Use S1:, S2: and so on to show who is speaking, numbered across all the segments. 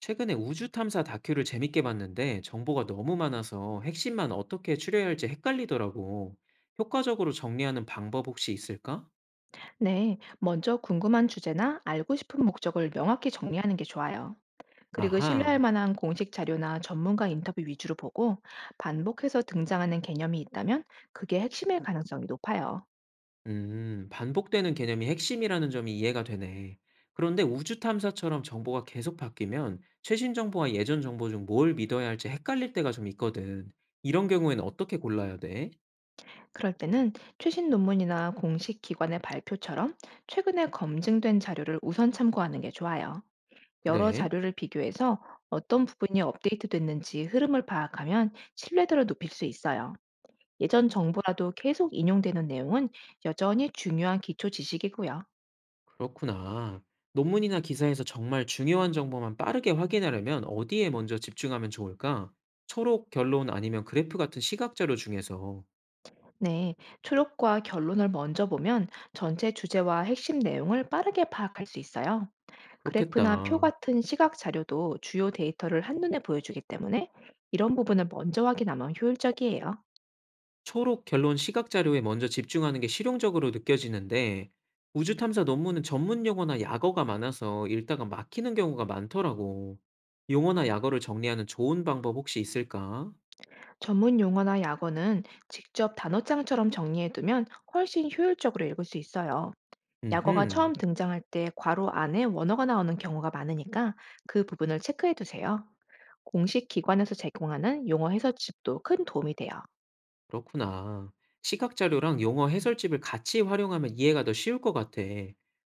S1: 최근에 우주 탐사 다큐를 재밌게 봤는데 정보가 너무 많아서 핵심만 어떻게 추려야 할지 헷갈리더라고. 효과적으로 정리하는 방법 혹시 있을까?
S2: 네, 먼저 궁금한 주제나 알고 싶은 목적을 명확히 정리하는 게 좋아요. 그리고 신뢰할
S1: 아하,
S2: 만한 공식 자료나 전문가 인터뷰 위주로 보고 반복해서 등장하는 개념이 있다면 그게 핵심일 가능성이 높아요.
S1: 반복되는 개념이 핵심이라는 점이 이해가 되네. 그런데 우주 탐사처럼 정보가 계속 바뀌면 최신 정보와 예전 정보 중 뭘 믿어야 할지 헷갈릴 때가 좀 있거든. 이런 경우에는 어떻게 골라야 돼?
S2: 그럴 때는 최신 논문이나 공식 기관의 발표처럼 최근에 검증된 자료를 우선 참고하는 게 좋아요. 여러
S1: 그래?
S2: 자료를 비교해서 어떤 부분이 업데이트됐는지 흐름을 파악하면 신뢰도를 높일 수 있어요. 예전 정보라도 계속 인용되는 내용은 여전히 중요한 기초 지식이고요.
S1: 그렇구나. 논문이나 기사에서 정말 중요한 정보만 빠르게 확인하려면 어디에 먼저 집중하면 좋을까? 초록 결론 아니면 그래프 같은 시각 자료 중에서.
S2: 네, 초록과 결론을 먼저 보면 전체 주제와 핵심 내용을 빠르게 파악할 수 있어요. 그래프나 표
S1: 그렇겠다.
S2: 같은 시각 자료도 주요 데이터를 한눈에 보여주기 때문에 이런 부분을 먼저 확인하면 효율적이에요.
S1: 초록 결론 시각 자료에 먼저 집중하는 게 실용적으로 느껴지는데, 우주 탐사 논문은 전문 용어나 약어가 많아서 읽다가 막히는 경우가 많더라고. 용어나 약어를 정리하는 좋은 방법 혹시 있을까?
S2: 전문 용어나 약어는 직접 단어장처럼 정리해두면 훨씬 효율적으로 읽을 수 있어요. 약어가 처음
S1: 음흠.
S2: 등장할 때 괄호 안에 원어가 나오는 경우가 많으니까 그 부분을 체크해 두세요. 공식 기관에서 제공하는 용어 해설집도 큰 도움이 돼요.
S1: 그렇구나. 시각 자료랑 용어 해설집을 같이 활용하면 이해가 더 쉬울 것 같아.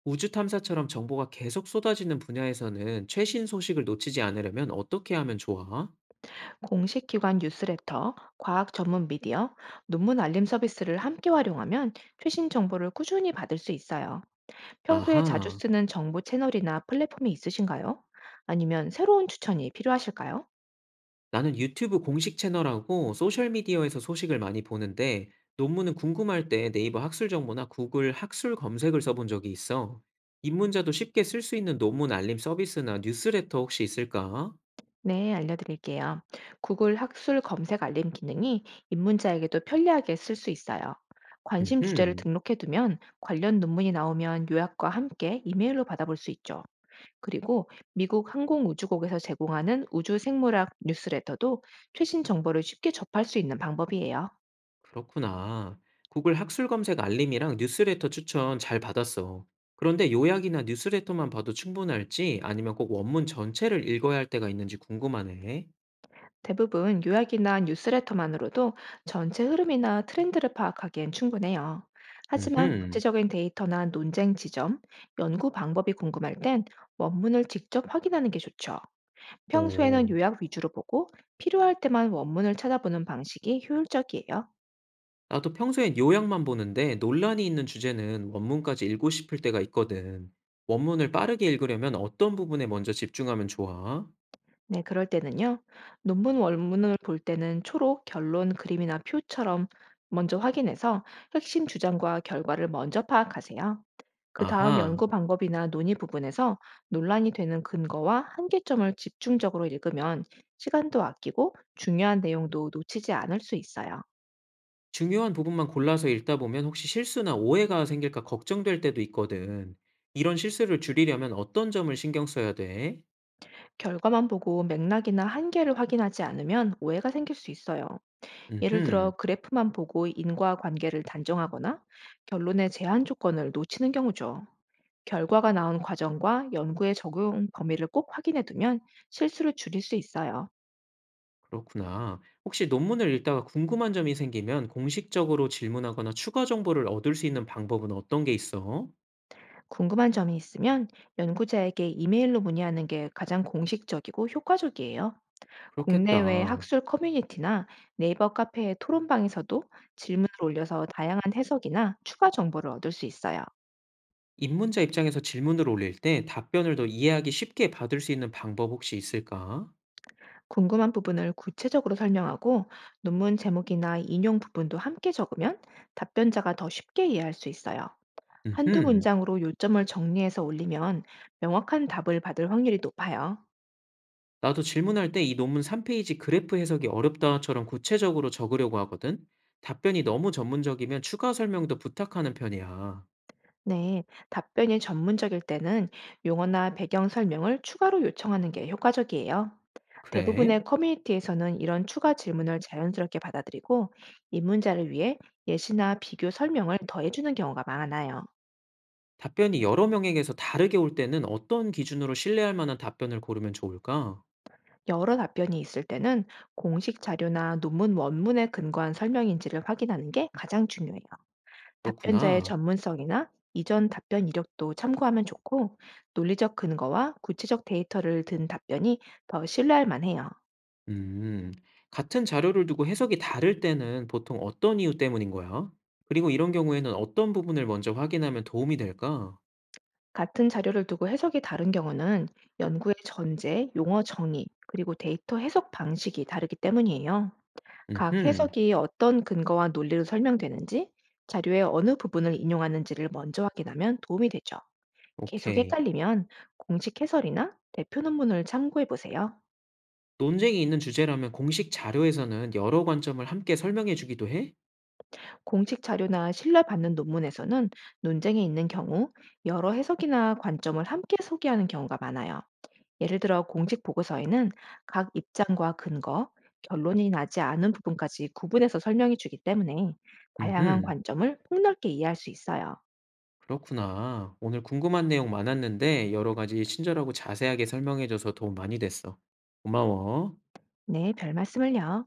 S1: 우주 탐사처럼 정보가 계속 쏟아지는 분야에서는 최신 소식을 놓치지 않으려면 어떻게 하면 좋아?
S2: 공식 기관 뉴스레터, 과학 전문 미디어, 논문 알림 서비스를 함께 활용하면 최신 정보를 꾸준히 받을 수 있어요. 평소에 자주
S1: 아하.
S2: 쓰는 정보 채널이나 플랫폼이 있으신가요? 아니면 새로운 추천이 필요하실까요?
S1: 나는 유튜브 공식 채널하고 소셜미디어에서 소식을 많이 보는데 논문은 궁금할 때 네이버 학술 정보나 구글 학술 검색을 써본 적이 있어. 입문자도 쉽게 쓸 수 있는 논문 알림 서비스나 뉴스레터 혹시 있을까?
S2: 네, 알려드릴게요. 구글 학술 검색 알림 기능이 입문자에게도 편리하게 쓸 수 있어요. 관심 주제를
S1: 음흠.
S2: 등록해두면 관련 논문이 나오면 요약과 함께 이메일로 받아볼 수 있죠. 그리고 미국 항공우주국에서 제공하는 우주생물학 뉴스레터도 최신 정보를 쉽게 접할 수 있는 방법이에요.
S1: 그렇구나. 구글 학술 검색 알림이랑 뉴스레터 추천 잘 받았어. 그런데 요약이나 뉴스레터만 봐도 충분할지 아니면 꼭 원문 전체를 읽어야 할 때가 있는지 궁금하네.
S2: 대부분 요약이나 뉴스레터만으로도 전체 흐름이나 트렌드를 파악하기엔 충분해요. 하지만
S1: 음흠.
S2: 구체적인 데이터나 논쟁 지점, 연구 방법이 궁금할 땐 원문을 직접 확인하는 게 좋죠. 평소에는
S1: 오.
S2: 요약 위주로 보고 필요할 때만 원문을 찾아보는 방식이 효율적이에요.
S1: 나도 평소엔 요약만 보는데 논란이 있는 주제는 원문까지 읽고 싶을 때가 있거든. 원문을 빠르게 읽으려면 어떤 부분에 먼저 집중하면 좋아?
S2: 네, 그럴 때는요. 논문 원문을 볼 때는 초록, 결론, 그림이나 표처럼 먼저 확인해서 핵심 주장과 결과를 먼저 파악하세요. 그 다음
S1: 아하.
S2: 연구 방법이나 논의 부분에서 논란이 되는 근거와 한계점을 집중적으로 읽으면 시간도 아끼고 중요한 내용도 놓치지 않을 수 있어요.
S1: 중요한 부분만 골라서 읽다 보면 혹시 실수나 오해가 생길까 걱정될 때도 있거든. 이런 실수를 줄이려면 어떤 점을 신경 써야 돼?
S2: 결과만 보고 맥락이나 한계를 확인하지 않으면 오해가 생길 수 있어요. 예를 들어
S1: 음흠,
S2: 그래프만 보고 인과관계를 단정하거나 결론의 제한 조건을 놓치는 경우죠. 결과가 나온 과정과 연구의 적용 범위를 꼭 확인해 두면 실수를 줄일 수 있어요.
S1: 그렇구나. 혹시 논문을 읽다가 궁금한 점이 생기면 공식적으로 질문하거나 추가 정보를 얻을 수 있는 방법은 어떤 게 있어?
S2: 궁금한 점이 있으면 연구자에게 이메일로 문의하는 게 가장 공식적이고 효과적이에요. 국내외
S1: 그렇겠다.
S2: 학술 커뮤니티나 네이버 카페의 토론방에서도 질문을 올려서 다양한 해석이나 추가 정보를 얻을 수 있어요.
S1: 입문자 입장에서 질문을 올릴 때 답변을 더 이해하기 쉽게 받을 수 있는 방법 혹시 있을까?
S2: 궁금한 부분을 구체적으로 설명하고 논문 제목이나 인용 부분도 함께 적으면 답변자가 더 쉽게 이해할 수 있어요. 한두
S1: 음
S2: 문장으로 요점을 정리해서 올리면 명확한 답을 받을 확률이 높아요.
S1: 나도 질문할 때 이 논문 3페이지 그래프 해석이 어렵다처럼 구체적으로 적으려고 하거든. 답변이 너무 전문적이면 추가 설명도 부탁하는 편이야.
S2: 네, 답변이 전문적일 때는 용어나 배경 설명을 추가로 요청하는 게 효과적이에요.
S1: 그래?
S2: 대부분의 커뮤니티에서는 이런 추가 질문을 자연스럽게 받아들이고 입문자를 위해 예시나 비교 설명을 더해주는 경우가 많아요.
S1: 답변이 여러 명에게서 다르게 올 때는 어떤 기준으로 신뢰할 만한 답변을 고르면 좋을까?
S2: 여러 답변이 있을 때는 공식 자료나 논문 원문에 근거한 설명인지를 확인하는 게 가장 중요해요. 답변자의
S1: 그렇구나.
S2: 전문성이나 이전 답변 이력도 참고하면 좋고, 논리적 근거와 구체적 데이터를 든 답변이 더 신뢰할 만해요.
S1: 음, 같은 자료를 두고 해석이 다를 때는 보통 어떤 이유 때문인 거야? 그리고 이런 경우에는 어떤 부분을 먼저 확인하면 도움이 될까?
S2: 같은 자료를 두고 해석이 다른 경우는 연구의 전제, 용어 정의, 그리고 데이터 해석 방식이 다르기 때문이에요. 각
S1: 음흠,
S2: 해석이 어떤 근거와 논리로 설명되는지, 자료의 어느 부분을 인용하는지를 먼저 확인하면 도움이 되죠. 계속
S1: 오케이.
S2: 헷갈리면 공식 해설이나 대표 논문을 참고해 보세요.
S1: 논쟁이 있는 주제라면 공식 자료에서는 여러 관점을 함께 설명해 주기도 해?
S2: 공식 자료나 신뢰받는 논문에서는 논쟁이 있는 경우 여러 해석이나 관점을 함께 소개하는 경우가 많아요. 예를 들어 공식 보고서에는 각 입장과 근거, 결론이 나지 않은 부분까지 구분해서 설명해 주기 때문에 다양한
S1: 음흠,
S2: 관점을 폭넓게 이해할 수 있어요.
S1: 그렇구나. 오늘 궁금한 내용 많았는데 여러 가지 친절하고 자세하게 설명해 줘서 도움 많이 됐어. 고마워.
S2: 네, 별 말씀을요.